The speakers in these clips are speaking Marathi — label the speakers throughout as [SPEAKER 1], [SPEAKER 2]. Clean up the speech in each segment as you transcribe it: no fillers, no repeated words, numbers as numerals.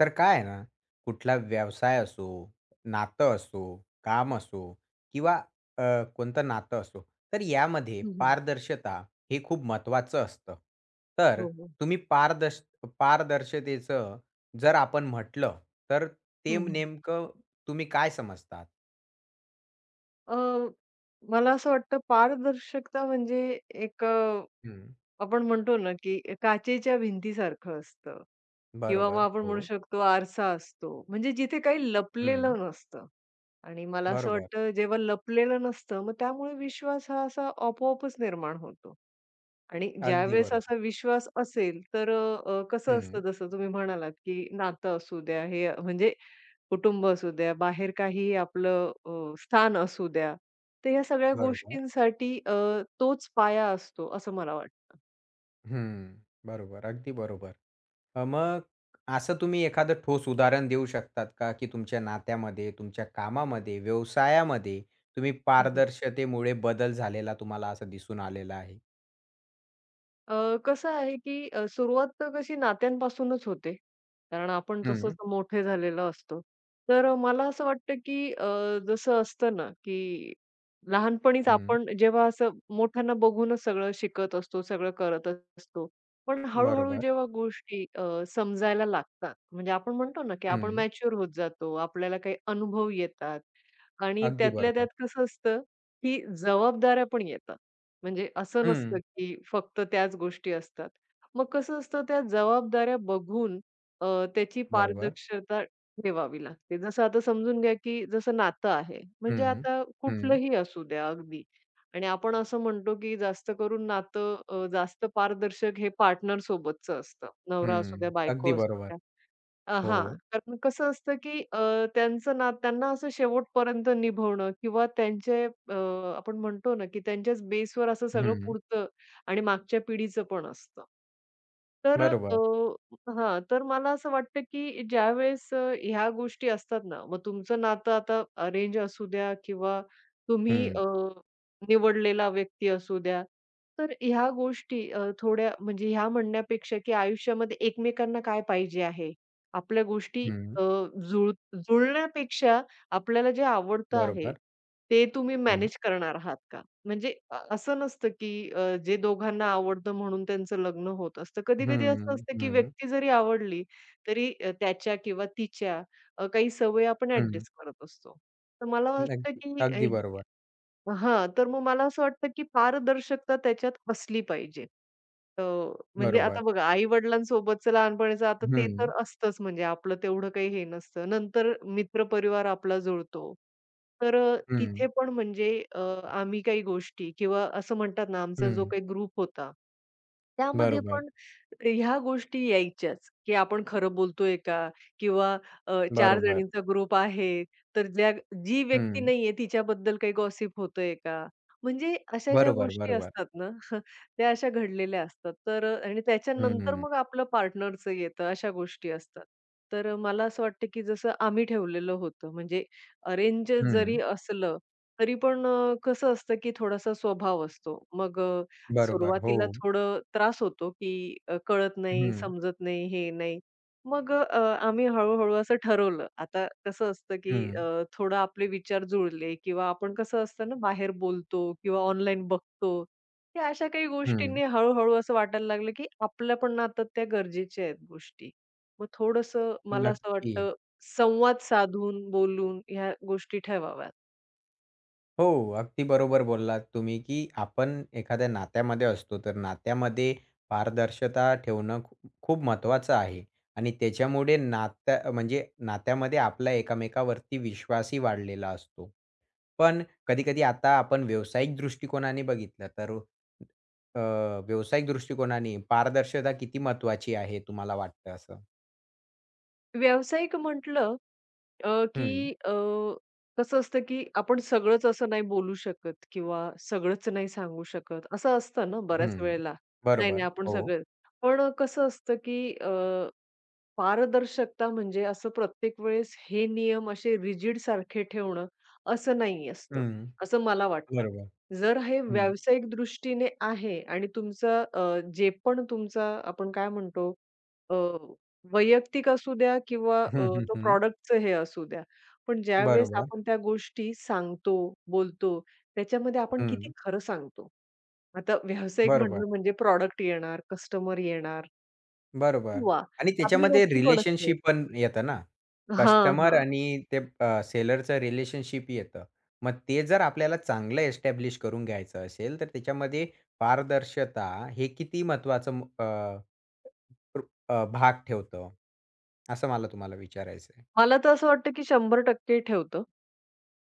[SPEAKER 1] तर काय आहे ना, कुठला व्यवसाय असो, नातं असो, काम असो किंवा अ, कोणतं नातं असो, तर यामध्ये
[SPEAKER 2] हं, हं.
[SPEAKER 1] पारदर्शता हे खूप महत्त्वाचं असतं. तर
[SPEAKER 2] हो, हो.
[SPEAKER 1] तुम्ही पारदर्श पारदर्शतेचं जर आपण म्हटलं, तर ते
[SPEAKER 2] हं, हं.
[SPEAKER 1] नेमकं तुम्ही काय समजतात?
[SPEAKER 2] अ, मला असं वाटतं पारदर्शकता म्हणजे एक
[SPEAKER 1] हं,
[SPEAKER 2] आपण म्हणतो ना, की काचेच्या भिंतीसारखं असतं किंवा मग
[SPEAKER 1] बरोबर.
[SPEAKER 2] आपण म्हणू
[SPEAKER 1] हो.
[SPEAKER 2] शकतो आरसा असतो. म्हणजे जिथे काही
[SPEAKER 1] हं,
[SPEAKER 2] लपलेलं नसतं आणि मला असं
[SPEAKER 1] बरोबर.
[SPEAKER 2] वाटतं जेव्हा लपलेलं नसतं, मग त्यामुळे विश्वास हा असा आपोआपच निर्माण होतो. आणि
[SPEAKER 1] अगदी
[SPEAKER 2] ज्यावेळेस असा
[SPEAKER 1] बरोबर.
[SPEAKER 2] विश्वास असेल, तर कसं असतं
[SPEAKER 1] हं,
[SPEAKER 2] जसं तुम्ही म्हणालात, की नातं असू द्या, हे म्हणजे कुटुंब असू द्या, बाहेर काही आपलं स्थान असू द्या. तर ह्या सगळ्या
[SPEAKER 1] बरोबर.
[SPEAKER 2] गोष्टींसाठी तोच पाया असतो असं मला वाटतं.
[SPEAKER 1] हं, बरोबर. अगदी बरोबर. मग असं तुम्ही एखादं ठोस उदाहरण देऊ शकतात का, की तुमच्या नात्यामध्ये, तुमच्या कामामध्ये, व्यवसायामध्ये तुम्ही पारदर्शतेमुळे बदल झालेला तुम्हाला असं दिसून आलेला आहे?
[SPEAKER 2] कसं आहे, की सुरुवात तर कशी नात्यांपासूनच होते. कारण आपण तसंच
[SPEAKER 1] हं,
[SPEAKER 2] मोठे झालेलो असतो. तर मला असं वाटतं, की जसं असतं ना, की लहानपणीच
[SPEAKER 1] हं.
[SPEAKER 2] आपण जेव्हा असं मोठ्यांना बघूनच सगळं शिकत असतो, सगळं करत असतो. पण हळू-हळू
[SPEAKER 1] बरोबर.
[SPEAKER 2] जेव्हा गोष्टी समजायला लागतात, म्हणजे आपण म्हणतो ना, की आपण
[SPEAKER 1] हं.
[SPEAKER 2] मॅच्युअर होत जातो. आपल्याला काही अनुभव येतात आणि
[SPEAKER 1] अगदी
[SPEAKER 2] त्यातल्या त्यात
[SPEAKER 1] बरोबर.
[SPEAKER 2] कसं असतं, की जबाबदाऱ्या पण येतात. म्हणजे असं नसतं,
[SPEAKER 1] हं.
[SPEAKER 2] की फक्त त्याच गोष्टी असतात. मग कसं असतं त्या जबाबदाऱ्या बघून अ, त्याची
[SPEAKER 1] बरोबर.
[SPEAKER 2] पारदर्शकता ठेवावी लागते. जसं आता समजून घ्या, की जसं नातं आहे, म्हणजे
[SPEAKER 1] हं,
[SPEAKER 2] आता
[SPEAKER 1] हं,
[SPEAKER 2] कुठलंही असू द्या अगदी आणि आपण असं म्हणतो, की जास्त करून नातं जास्त पारदर्शक हे पार्टनरसोबतचं असतं. नवरा असू द्या,
[SPEAKER 1] हं. अगदी
[SPEAKER 2] बायको असू
[SPEAKER 1] बरोबर.
[SPEAKER 2] द्या.
[SPEAKER 1] हो.
[SPEAKER 2] हां. कारण कसं असतं, की त्यांचं ना त्यांना असं शेवटपर्यंत निभवणं किंवा त्यांचे आपण म्हणतो ना, की त्यांच्याच बेसवर असं सगळं
[SPEAKER 1] हं.
[SPEAKER 2] पुरतं आणि मागच्या पिढीचं पण असतं. तर
[SPEAKER 1] बरोबर.
[SPEAKER 2] हां. तर मला असं वाटतं, की ज्यावेळेस ह्या गोष्टी असतात ना, मग तुमचं नातं आता अरेंज असू द्या किंवा तुम्ही
[SPEAKER 1] हं,
[SPEAKER 2] निवडलेला व्यक्ती असू द्या. तर ह्या गोष्टी थोड्या म्हणजे ह्या म्हणण्यापेक्षा, की आयुष्यामध्ये एकमेकांना काय पाहिजे आहे आपल्या गोष्टी
[SPEAKER 1] हं.
[SPEAKER 2] अ, जुळण्यापेक्षा आपल्याला जे आवडतं आहे,
[SPEAKER 1] बरोबर.
[SPEAKER 2] ते तुम्ही
[SPEAKER 1] हं,
[SPEAKER 2] मॅनेज करणार आहात का? म्हणजे असं नसतं की जे दोघांना आवडतं म्हणून त्यांचं लग्न होत असतं.
[SPEAKER 1] हं,
[SPEAKER 2] कधी-कधी असं
[SPEAKER 1] हं,
[SPEAKER 2] असतं की
[SPEAKER 1] हं.
[SPEAKER 2] व्यक्ती जरी आवडली, तरी त्याच्या किंवा तिच्या काही सवयी आपण ॲडजस्ट करत असतो. तर मला वाटतं
[SPEAKER 1] अगदी
[SPEAKER 2] की
[SPEAKER 1] अगदी बरोबर.
[SPEAKER 2] हां, तर मग मला असं वाटतं, की पारदर्शकता त्याच्यात असली पाहिजे. अ, म्हणजे आता
[SPEAKER 1] बरोबर.
[SPEAKER 2] बघा आई-वडिलांसोबतचं लहानपणीचं आता ते तर
[SPEAKER 1] हं,
[SPEAKER 2] असतंच म्हणजे आपलं तेवढं काही हे नसतं. नंतर मित्र परिवार आपला जुळतो. तर
[SPEAKER 1] हं,
[SPEAKER 2] तिथे पण म्हणजे अ, आम्ही काही गोष्टी किंवा असं म्हणतात ना आमचा जो
[SPEAKER 1] हं.
[SPEAKER 2] काही ग्रुप होता त्यामध्ये
[SPEAKER 1] बरोबर,
[SPEAKER 2] पण ह्या गोष्टी यायच्याच, की आपण खरं बोलतोय का? किंवा 4
[SPEAKER 1] बरोबर.
[SPEAKER 2] जणींचा ग्रुप आहे, तर ज्या जी व्यक्ती
[SPEAKER 1] हं.
[SPEAKER 2] नाहीये तिच्याबद्दल काही गॉसिप होतंय का? म्हणजे अशा ज्या
[SPEAKER 1] बरोबर,
[SPEAKER 2] गोष्टी
[SPEAKER 1] बरोबर.
[SPEAKER 2] असतात ना, त्या अशा घडलेल्या असतात. तर आणि त्याच्यानंतर
[SPEAKER 1] हं,
[SPEAKER 2] मग आपलं पार्टनरचं येतं, अशा गोष्टी असतात. तर मला असं वाटतं, की जसं आम्ही ठेवलेलं होतं, म्हणजे अरेंज जरी
[SPEAKER 1] हं.
[SPEAKER 2] असलं, तरी पण कसं असतं, की थोडासा स्वभाव असतो. मग
[SPEAKER 1] बरोबर. हो.
[SPEAKER 2] सुरुवातीला थोडं त्रास होतो, की कळत नाही,
[SPEAKER 1] हं,
[SPEAKER 2] समजत नाही, हे नाही. मग आम्ही हळू असं ठरवलं. आता कसं असतं, की
[SPEAKER 1] हं,
[SPEAKER 2] थोडं आपले विचार जुळले किंवा आपण कसं असतं ना, बाहेर बोलतो किंवा ऑनलाईन बघतो. या अशा काही
[SPEAKER 1] हं.
[SPEAKER 2] गोष्टींनी हळू-हळू असं वाटायला लागलं, की आपल्या पण आता त्या गरजेच्या आहेत गोष्टी. मग थोडंसं मला असं
[SPEAKER 1] नक्की.
[SPEAKER 2] वाटतं, संवाद साधून, बोलून ह्या गोष्टी ठेवाव्यात.
[SPEAKER 1] हो, अगदी बरोबर बोललात तुम्ही, की आपण एखाद्या नात्यामध्ये असतो, तर नात्यामध्ये पारदर्शकता ठेवणं खूप खूप महत्त्वाचं आहे आणि त्याच्यामुळे नात्या म्हणजे नात्यामध्ये आपला एकमेकावरती विश्वासही वाढलेला असतो. पण कधी-कधी आता आपण व्यावसायिक दृष्टिकोनाने बघितलं तर अ, व्यावसायिक दृष्टिकोनाने पारदर्शकता किती महत्त्वाची आहे तुम्हाला वाटतं असं?
[SPEAKER 2] व्यावसायिक म्हटलं
[SPEAKER 1] हं,
[SPEAKER 2] की कसं असतं, की आपण सगळंच असं नाही बोलू शकत किंवा सगळंच नाही सांगू शकत. असं असतं ना बऱ्याच
[SPEAKER 1] हं.
[SPEAKER 2] वेळेला. नाही, नाही
[SPEAKER 1] बरोबर.
[SPEAKER 2] आपण
[SPEAKER 1] हो.
[SPEAKER 2] सगळं पण कसं असतं, की पारदर्शकता म्हणजे असं प्रत्येक वेळेस हे नियम असे रिजिड सारखे ठेवणं असं नाही असतं,
[SPEAKER 1] हं.
[SPEAKER 2] असं मला वाटतं.
[SPEAKER 1] बरोबर.
[SPEAKER 2] जर हे
[SPEAKER 1] हं.
[SPEAKER 2] व्यावसायिक दृष्टीने आहे आणि तुमचा जे पण तुमचा आपण काय म्हणतो अ, वैयक्तिक असू द्या किंवा
[SPEAKER 1] हं, हं,
[SPEAKER 2] तो
[SPEAKER 1] हं.
[SPEAKER 2] प्रॉडक्टचं हे असू द्या. पण ज्यावेळेस
[SPEAKER 1] बरोबर.
[SPEAKER 2] आपण त्या गोष्टी सांगतो, बोलतो, त्याच्यामध्ये आपण
[SPEAKER 1] हं.
[SPEAKER 2] किती खरं सांगतो. आता व्यावसायिक
[SPEAKER 1] बरोबर,
[SPEAKER 2] म्हटलं म्हणजे प्रॉडक्ट येणार, कस्टमर येणार
[SPEAKER 1] बरोबर.
[SPEAKER 2] किंवा
[SPEAKER 1] आणि
[SPEAKER 2] आपली
[SPEAKER 1] त्याच्यामध्ये
[SPEAKER 2] नोकरी पण असते.
[SPEAKER 1] रिलेशनशिप पण येतं ना.
[SPEAKER 2] हां,
[SPEAKER 1] कस्टमर
[SPEAKER 2] हां.
[SPEAKER 1] आणि ते सेलरचं रिलेशनशिप येतं. मग ते जर आपल्याला चांगलं एस्टॅब्लिश करून घ्यायचं असेल, तर त्याच्यामध्ये पारदर्शता हे किती महत्त्वाचं भाग ठेवतं, असं मला तुम्हाला विचारायचं आहे?
[SPEAKER 2] मला तर असं वाटतं की 100% ठेवतं.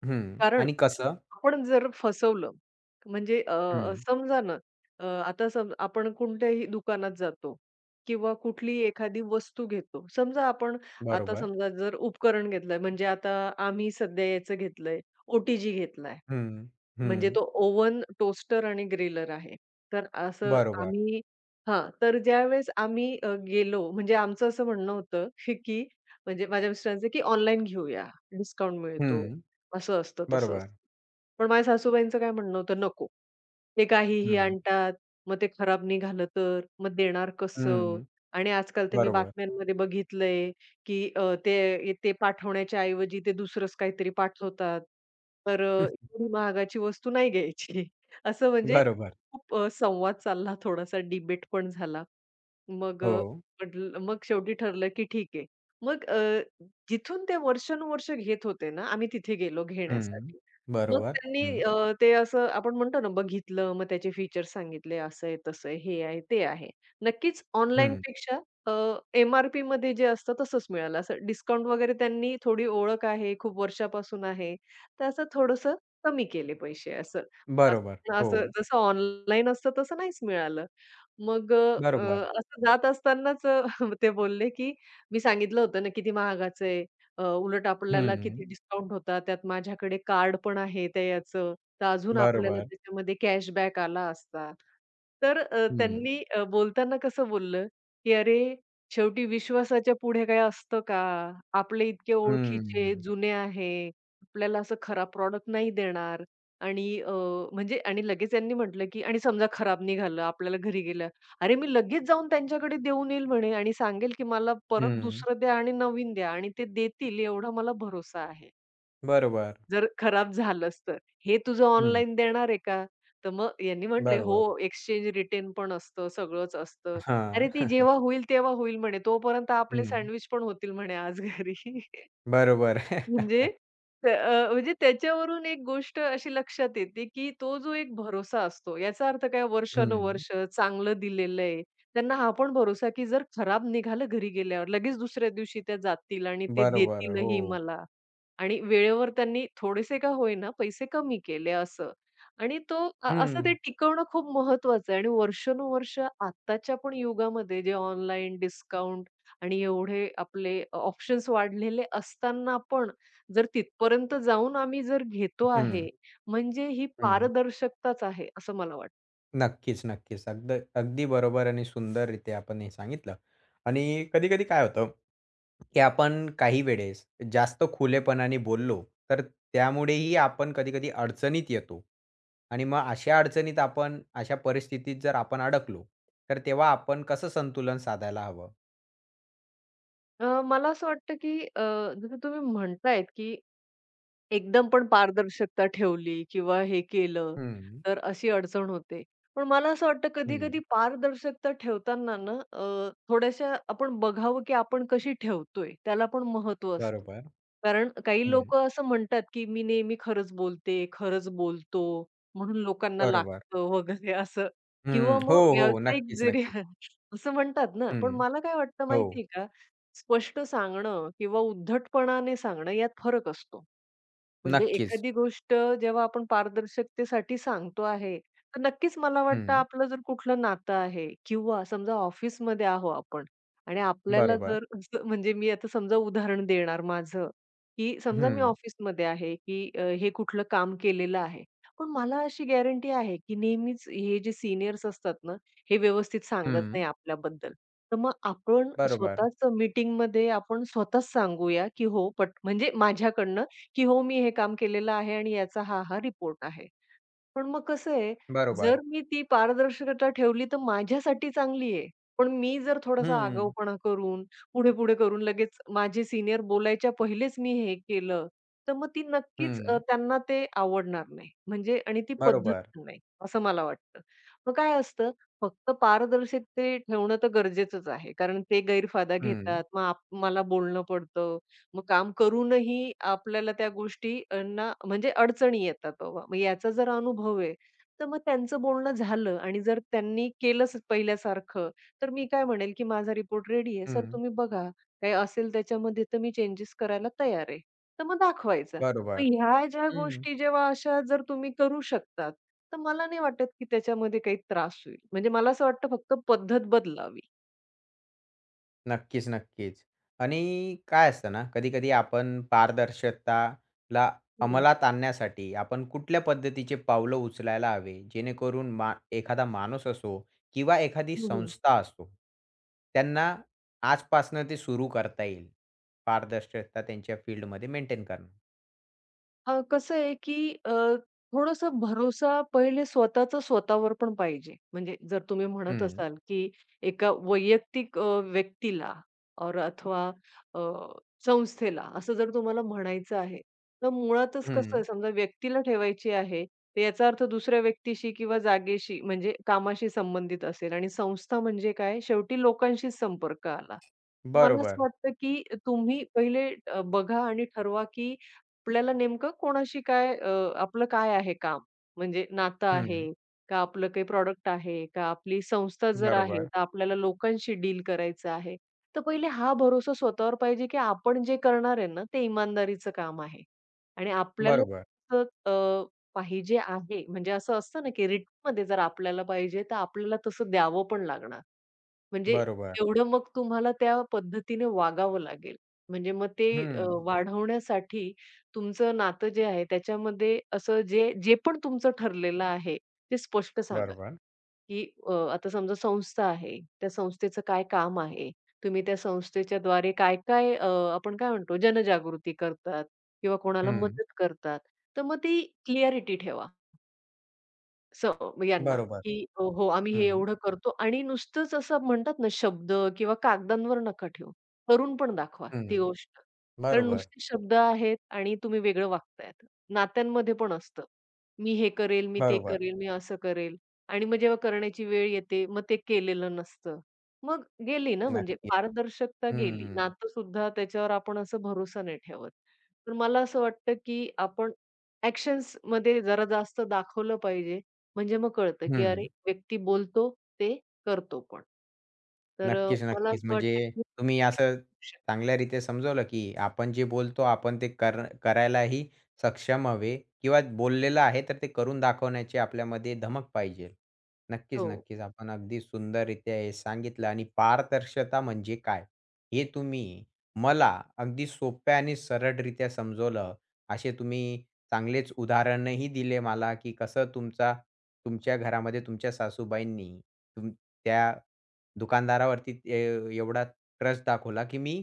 [SPEAKER 1] हं.
[SPEAKER 2] कारण
[SPEAKER 1] आणि कसं?
[SPEAKER 2] आपण जर फसवलं म्हणजे अ, अ,
[SPEAKER 1] हं.
[SPEAKER 2] समजा ना आता सम आपण कोणत्याही दुकानात जातो किंवा कुठलीही एखादी वस्तू घेतो. समजा आपण आता
[SPEAKER 1] बरोबर.
[SPEAKER 2] समजा जर उपकरण घेतलंय म्हणजे आता आम्ही सध्या याचं घेतलंय, ओ-टी-जी घेतलाय.
[SPEAKER 1] हं.
[SPEAKER 2] म्हणजे
[SPEAKER 1] हं.
[SPEAKER 2] तो ओव्हन, टोस्टर आणि ग्रिलर आहे. तर असं
[SPEAKER 1] बरोबर.
[SPEAKER 2] आम्ही हां, तर ज्यावेळेस आम्ही गेलो म्हणजे आमचं असं म्हणणं होतं, की म्हणजे माझ्या मिस्टरांचं, की ऑनलाईन घेऊया, डिस्काउंट मिळतो,
[SPEAKER 1] हं.
[SPEAKER 2] असं असतं, तसं असतं.
[SPEAKER 1] बरोबर.
[SPEAKER 2] पण माझ्या सासूबाईंचं काय म्हणणं होतं, "नको. ते काहीही
[SPEAKER 1] हं.
[SPEAKER 2] आणतात, मग ते खराब निघालं तर, मग देणार कसं?
[SPEAKER 1] हं.
[SPEAKER 2] आणि आजकाल तर मी
[SPEAKER 1] बरोबर.
[SPEAKER 2] बातम्यांमध्ये बघितलंय की ते ते पाठवण्याच्या ऐवजी ते दुसरंच काहीतरी पाठवतात. तर एवढी महागाची वस्तू नाही घ्यायची. असं म्हणजे
[SPEAKER 1] बरोबर.
[SPEAKER 2] खूप संवाद चालला थोडासा डिबेट पण झाला. मग
[SPEAKER 1] हो.
[SPEAKER 2] म्हटलं मग शेवटी ठरलं की ठीक आहे. मग जिथून ते वर्षानुवर्ष घेत होते ना, आम्ही तिथे गेलो
[SPEAKER 1] हं.
[SPEAKER 2] घेण्यासाठी. मग
[SPEAKER 1] बरोबर.
[SPEAKER 2] त्यांनी
[SPEAKER 1] हं.
[SPEAKER 2] ते असं आपण म्हणतो ना, बघितलं, मग त्याचे फीचर्स सांगितले, असं आहे, तसं आहे, हे आहे, ते आहे. नक्कीच
[SPEAKER 1] हं.
[SPEAKER 2] ऑनलाईनपेक्षा अ, एम-आर-पीमध्ये जे असतं तसंच मिळालं. असं डिस्काउंट वगैरे त्यांनी थोडी ओळख आहे, खूप वर्षापासून आहे, तर असं थोडंसं कमी केले पैसे असं. असं
[SPEAKER 1] बरोबर. हो.
[SPEAKER 2] असं जसं ऑनलाईन असतं तसं नाहीच मिळालं. मग
[SPEAKER 1] बरोबर.
[SPEAKER 2] असं जात असतानाच ते बोलले, की "मी सांगितलं होतं ना किती महागाचं आहे. उलट आपल्याला
[SPEAKER 1] हं.
[SPEAKER 2] किती डिस्काउंट होता. त्यात माझ्याकडे कार्ड पण आहे त्या याचं. तर अजून आपल्याला
[SPEAKER 1] बरोबर.
[SPEAKER 2] त्याच्यामध्ये कॅशबॅक आला असता." तर
[SPEAKER 1] हं.
[SPEAKER 2] त्यांनी बोलताना कसं बोललं, की "अरे, शेवटी विश्वासाच्या पुढे काही असतं का? आपले इतके ओळखीचे,
[SPEAKER 1] हं.
[SPEAKER 2] जुने आहे. आपल्याला असं खराब प्रॉडक्ट नाही देणार." आणि म्हणजे आणि लगेच त्यांनी म्हटलं, की "आणि समजा खराब निघालं, आपल्याला घरी गेलं, अरे, मी लगेच जाऊन त्यांच्याकडे देऊन येईल म्हणे आणि सांगेल, की मला परत
[SPEAKER 1] हं.
[SPEAKER 2] दुसरं द्या आणि नवीन द्या आणि ते देतील एवढा मला भरोसा आहे.
[SPEAKER 1] बरोबर.
[SPEAKER 2] जर खराब झालंच तर. हे तुझं
[SPEAKER 1] हं.
[SPEAKER 2] ऑनलाईन देणार आहे का? तर मग यांनी म्हटले,
[SPEAKER 1] बरोबर.
[SPEAKER 2] "हो, एक्सचेंज रिटर्न पण असतं, सगळंच असतं." अरे,
[SPEAKER 1] हां.
[SPEAKER 2] ते जेव्हा होईल तेव्हा होईल म्हणे. तोपर्यंत आपले
[SPEAKER 1] हं.
[SPEAKER 2] सँडविच पण होतील म्हणे आज घरी.
[SPEAKER 1] बरोबर.
[SPEAKER 2] म्हणजे म्हणजे त्याच्यावरून एक गोष्ट अशी लक्षात येते, की तो जो एक भरोसा असतो, याचा अर्थ काय
[SPEAKER 1] हं.
[SPEAKER 2] वर्षानुवर्ष चांगलं दिलेलं आहे. त्यांना हा पण भरोसा, की जर खराब निघालं घरी गेल्यावर, लगेच दुसऱ्या दिवशी त्या जातील आणि ते
[SPEAKER 1] बरोबर. हो.
[SPEAKER 2] देतीलही मला आणि वेळेवर त्यांनी थोडेसे का होईना पैसे कमी केले असं. आणि तो असं ते
[SPEAKER 1] हं.
[SPEAKER 2] टिकवणं खूप महत्वाचं आहे आणि वर्षानुवर्ष आत्ताच्या पण युगामध्ये जे ऑनलाईन डिस्काउंट आणि एवढे आपले ऑप्शन्स वाढलेले असताना पण जर तिथपर्यंत जाऊन आम्ही जर घेतो
[SPEAKER 1] हं.
[SPEAKER 2] आहे, म्हणजे ही
[SPEAKER 1] हं.
[SPEAKER 2] पारदर्शकताच आहे, असं मला वाटतं.
[SPEAKER 1] नक्कीच, नक्कीच. अगदी बरोबर आणि सुंदररीत्या आपण हे सांगितलं. आणि कधी-कधी काय होतं, की आपण काही वेळेस जास्त खुलेपणाने बोललो, तर त्यामुळेही आपण कधी-कधी अडचणीत येतो. आणि मग अशा अडचणीत आपण अशा परिस्थितीत जर आपण अडकलो, तर तेव्हा आपण कसं संतुलन साधायला हवं?
[SPEAKER 2] मला असं वाटतं, की जसं तुम्ही म्हणतायत, की एकदम पण पारदर्शकता ठेवली किंवा हे केलं,
[SPEAKER 1] हं,
[SPEAKER 2] तर अशी अडचण होते. पण मला असं वाटतं
[SPEAKER 1] हं.
[SPEAKER 2] कधी-कधी पारदर्शकता ठेवताना ना थोड्याशा आपण बघावं की आपण कशी ठेवतोय, त्याला पण महत्त्व असतं.
[SPEAKER 1] बरोबर.
[SPEAKER 2] कारण काही
[SPEAKER 1] हं,
[SPEAKER 2] लोकं असं म्हणतात की मी नेहमी खरंच बोलते, खरंच बोलतो म्हणून लोकांना
[SPEAKER 1] बरोबर.
[SPEAKER 2] लागतं वगैरे असं किंवा
[SPEAKER 1] हं. हो,
[SPEAKER 2] मग
[SPEAKER 1] हो.
[SPEAKER 2] व्यावसायिक
[SPEAKER 1] नक्कीच,
[SPEAKER 2] जरी
[SPEAKER 1] नक्कीच.
[SPEAKER 2] असं म्हणतात ना,
[SPEAKER 1] हं.
[SPEAKER 2] पण मला काय वाटतं
[SPEAKER 1] हो.
[SPEAKER 2] माहिती का? स्पष्ट सांगणं किंवा उद्धटपणाने सांगणं यात फरक असतो. म्हणजे
[SPEAKER 1] नक्कीच.
[SPEAKER 2] एखादी गोष्ट जेव्हा आपण पारदर्शकतेसाठी सांगतो आहे, तर नक्कीच मला वाटतं
[SPEAKER 1] हं.
[SPEAKER 2] आपलं जर कुठलं नातं आहे किंवा समजा ऑफिसमध्ये आहो आपण आणि आपल्याला
[SPEAKER 1] बरोबर.
[SPEAKER 2] जर असं म्हणजे मी आता समजा उदाहरण देणार माझं, की समजा मी
[SPEAKER 1] हं,
[SPEAKER 2] ऑफिसमध्ये आहे, की हे कुठलं काम केलेलं आहे. पण मला अशी गॅरंटी आहे, की नेहमीच हे जे सीनियर्स असतात ना, हे व्यवस्थित सांगत
[SPEAKER 1] हं.
[SPEAKER 2] नाही आपल्याबद्दल. तर मग आपण
[SPEAKER 1] बरोबर.
[SPEAKER 2] स्वतःच मीटिंगमध्ये आपण स्वतःच सांगूया, की हो पट म्हणजे माझ्याकडनं, की हो मी हे काम केलेलं आहे आणि याचा हा रिपोर्ट आहे. पण मग कसं आहे, जर
[SPEAKER 1] बरोबर.
[SPEAKER 2] मी ती पारदर्शकता ठेवली तर माझ्यासाठी चांगली आहे. पण मी जर थोडासा
[SPEAKER 1] हं,
[SPEAKER 2] आगाऊपणा करून, पुढे-पुढे करून लगेच माझे सीनियर बोलायच्या पहिलेच मी हे केलं, तर मग ती नक्कीच
[SPEAKER 1] हं.
[SPEAKER 2] त्यांना ते आवडणार नाही. म्हणजे आणि ती पद्धत
[SPEAKER 1] बरोबर.
[SPEAKER 2] पण नाही, असं मला वाटतं. मग काय असतं, फक्त पारदर्शक ते ठेवणं तर गरजेचंच आहे. कारण ते गैरफायदा
[SPEAKER 1] हं,
[SPEAKER 2] घेतात. मग मला बोलणं पडतं. मग काम करूनही आपल्याला त्या गोष्टींना म्हणजे अडचणी येतात बाबा. मग याचा जर अनुभव आहे, तर मग त्यांचं बोलणं झालं आणि जर त्यांनी केलंच पहिल्यासारखं, तर मी काय म्हणेल, की माझा रिपोर्ट रेडी आहे. सर
[SPEAKER 1] हं.
[SPEAKER 2] तुम्ही बघा, काही असेल त्याच्यामध्ये तर मी चेंजेस करायला तयार आहे. तर मग दाखवायचा. मग
[SPEAKER 1] बरोबर.
[SPEAKER 2] ह्या ज्या
[SPEAKER 1] हं.
[SPEAKER 2] गोष्टी जेव्हा अशा जर तुम्ही करू शकतात, तर मला नाही वाटत, की त्याच्यामध्ये काही त्रास होईल. म्हणजे मला असं वाटतं फक्त पद्धत बदलावी.
[SPEAKER 1] नक्कीच, नक्कीच. आणि काय असतं ना, कधी-कधी आपण पारदर्शकताला
[SPEAKER 2] हं.
[SPEAKER 1] अंमलात आणण्यासाठी आपण कुठल्या पद्धतीचे पावलं उचलायला हवे, जेणेकरून एखादा माणूस असो किंवा एखादी
[SPEAKER 2] हं,
[SPEAKER 1] संस्था असो, त्यांना आजपासनं ते सुरू करता येईल. पारदर्शकता त्यांच्या फील्डमध्ये मेंटेन करणं.
[SPEAKER 2] कसं आहे, की थोडासा भरोसा पहिले स्वतःचा स्वतःवर पण पाहिजे. म्हणजे जर तुम्ही म्हणत
[SPEAKER 1] हं,
[SPEAKER 2] असाल, की एका वैयक्तिक व्यक्तीला और अथवा अ, संस्थेला असं जर तुम्हाला म्हणायचं आहे, तर मुळातच कसं
[SPEAKER 1] हं.
[SPEAKER 2] आहे समजा व्यक्तीला ठेवायची आहे, तर याचा अर्थ दुसऱ्या व्यक्तीशी किंवा जागेशी म्हणजे कामाशी संबंधित असेल आणि संस्था म्हणजे काय शेवटी लोकांशीच संपर्क आला. मला असं
[SPEAKER 1] बरोबर.
[SPEAKER 2] वाटतं, की तुम्ही पहिले बघा आणि ठरवा, की आपल्याला नेमकं कोणाशी काय आपलं काय आहे काम? म्हणजे नातं
[SPEAKER 1] हं.
[SPEAKER 2] आहे का आपलं काही प्रॉडक्ट आहे का आपली संस्था जर आहे,
[SPEAKER 1] बरोबर,
[SPEAKER 2] तर आपल्याला लोकांशी डील करायचं आहे. तर पहिले हा भरोसा स्वतःवर पाहिजे, की आपण जे करणार आहे ना, ते इमानदारीचं काम आहे. आणि आपल्याला
[SPEAKER 1] बरोबर.
[SPEAKER 2] असं पाहिजे आहे म्हणजे असं असतं ना, की रिटर्नमध्ये जर आपल्याला पाहिजे, तर आपल्याला तसं द्यावं पण लागणार. म्हणजे
[SPEAKER 1] बरोबर.
[SPEAKER 2] तेवढं मग तुम्हाला त्या पद्धतीने वागावं लागेल. म्हणजे मग ते
[SPEAKER 1] हं.
[SPEAKER 2] वाढवण्यासाठी तुमचं नातं जे आहे त्याच्यामध्ये असं जे जे पण तुमचं ठरलेलं आहे, ते स्पष्ट सांगा,
[SPEAKER 1] बरोबर.
[SPEAKER 2] की आता समजा संस्था आहे, त्या संस्थेचं काय काम आहे? तुम्ही त्या संस्थेच्याद्वारे काय-काय आपण काय म्हणतो जनजागृती करतात किंवा कोणाला
[SPEAKER 1] हं.
[SPEAKER 2] मदत करतात. तर मग ती क्लिअॅरिटी ठेवा. सो यांना,
[SPEAKER 1] बरोबर.
[SPEAKER 2] की हो, हो, आम्ही
[SPEAKER 1] हं,
[SPEAKER 2] हे
[SPEAKER 1] हं.
[SPEAKER 2] एवढं करतो आणि नुसतंच असं म्हणतात ना, शब्द किंवा कागदांवर नका ठेवू. करून पण दाखवा ती गोष्ट. कारण
[SPEAKER 1] बरोबर,
[SPEAKER 2] नुसते शब्द आहेत आणि तुम्ही वेगळं वागतायत. नात्यांमध्ये पण असतं. मी हे करेल, मी ते
[SPEAKER 1] बरोबर.
[SPEAKER 2] करेल, मी असं करेल आणि मग जेव्हा करण्याची वेळ येते, मग ते केलेलं नसतं. मग गेली ना म्हणजे
[SPEAKER 1] नक्की.
[SPEAKER 2] पारदर्शकता गेली.
[SPEAKER 1] हं,
[SPEAKER 2] नातंसुद्धा त्याच्यावर आपण असं भरोसा नाही ठेवत. तर मला असं वाटतं, की आपण ॲक्शन्समध्ये जरा जास्त दाखवलं पाहिजे. म्हणजे मग कळतं, की अरे
[SPEAKER 1] हं.
[SPEAKER 2] व्यक्ती बोलतो, ते करतो पण. तर
[SPEAKER 1] नक्कीच,
[SPEAKER 2] मला
[SPEAKER 1] नक्कीच.
[SPEAKER 2] असं वाटतं,
[SPEAKER 1] म्हणजे
[SPEAKER 2] की
[SPEAKER 1] तुम्ही असं चांगल्यारीत्या समजावलं, की आपण जे बोलतो आपण ते करायलाही सक्षम हवे किंवा बोललेलं आहे तर ते करून दाखवण्याची आपल्यामध्ये धमक पाहिजे. नक्कीच,
[SPEAKER 2] हो,
[SPEAKER 1] नक्कीच. आपण अगदी सुंदररीत्या हे सांगितलं आणि पारदर्शकता म्हणजे काय? हे तुम्ही मला अगदी सोप्या आणि सरळरित्या समजवलं. असे तुम्ही चांगलेच उदाहरणही दिले मला, की कसं तुमच्या घरामध्ये तुमच्या सासूबाईंनी त्या दुकानदारावरती एवढा ट्रस्ट दाखवला, की मी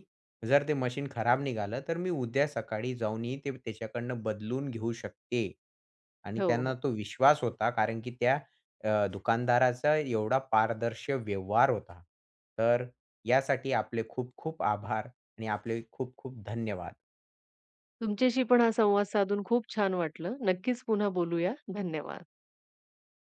[SPEAKER 1] जर ते मशीन खराब निघालं, तर मी उद्या सकाळी जाऊनही ते त्याच्याकडनं बदलून घेऊ शकते. आणि
[SPEAKER 2] हो,
[SPEAKER 1] त्यांना
[SPEAKER 2] हो.
[SPEAKER 1] तो विश्वास होता कारण की त्या दुकानदाराचा एवढा पारदर्शी व्यवहार होता. तर यासाठी आपले खूप खूप आभार आणि आपले खूप खूप धन्यवाद.
[SPEAKER 2] तुमच्याशी पण हा संवाद साधून खूप छान वाटलं. नक्कीच पुन्हा बोलूया. धन्यवाद.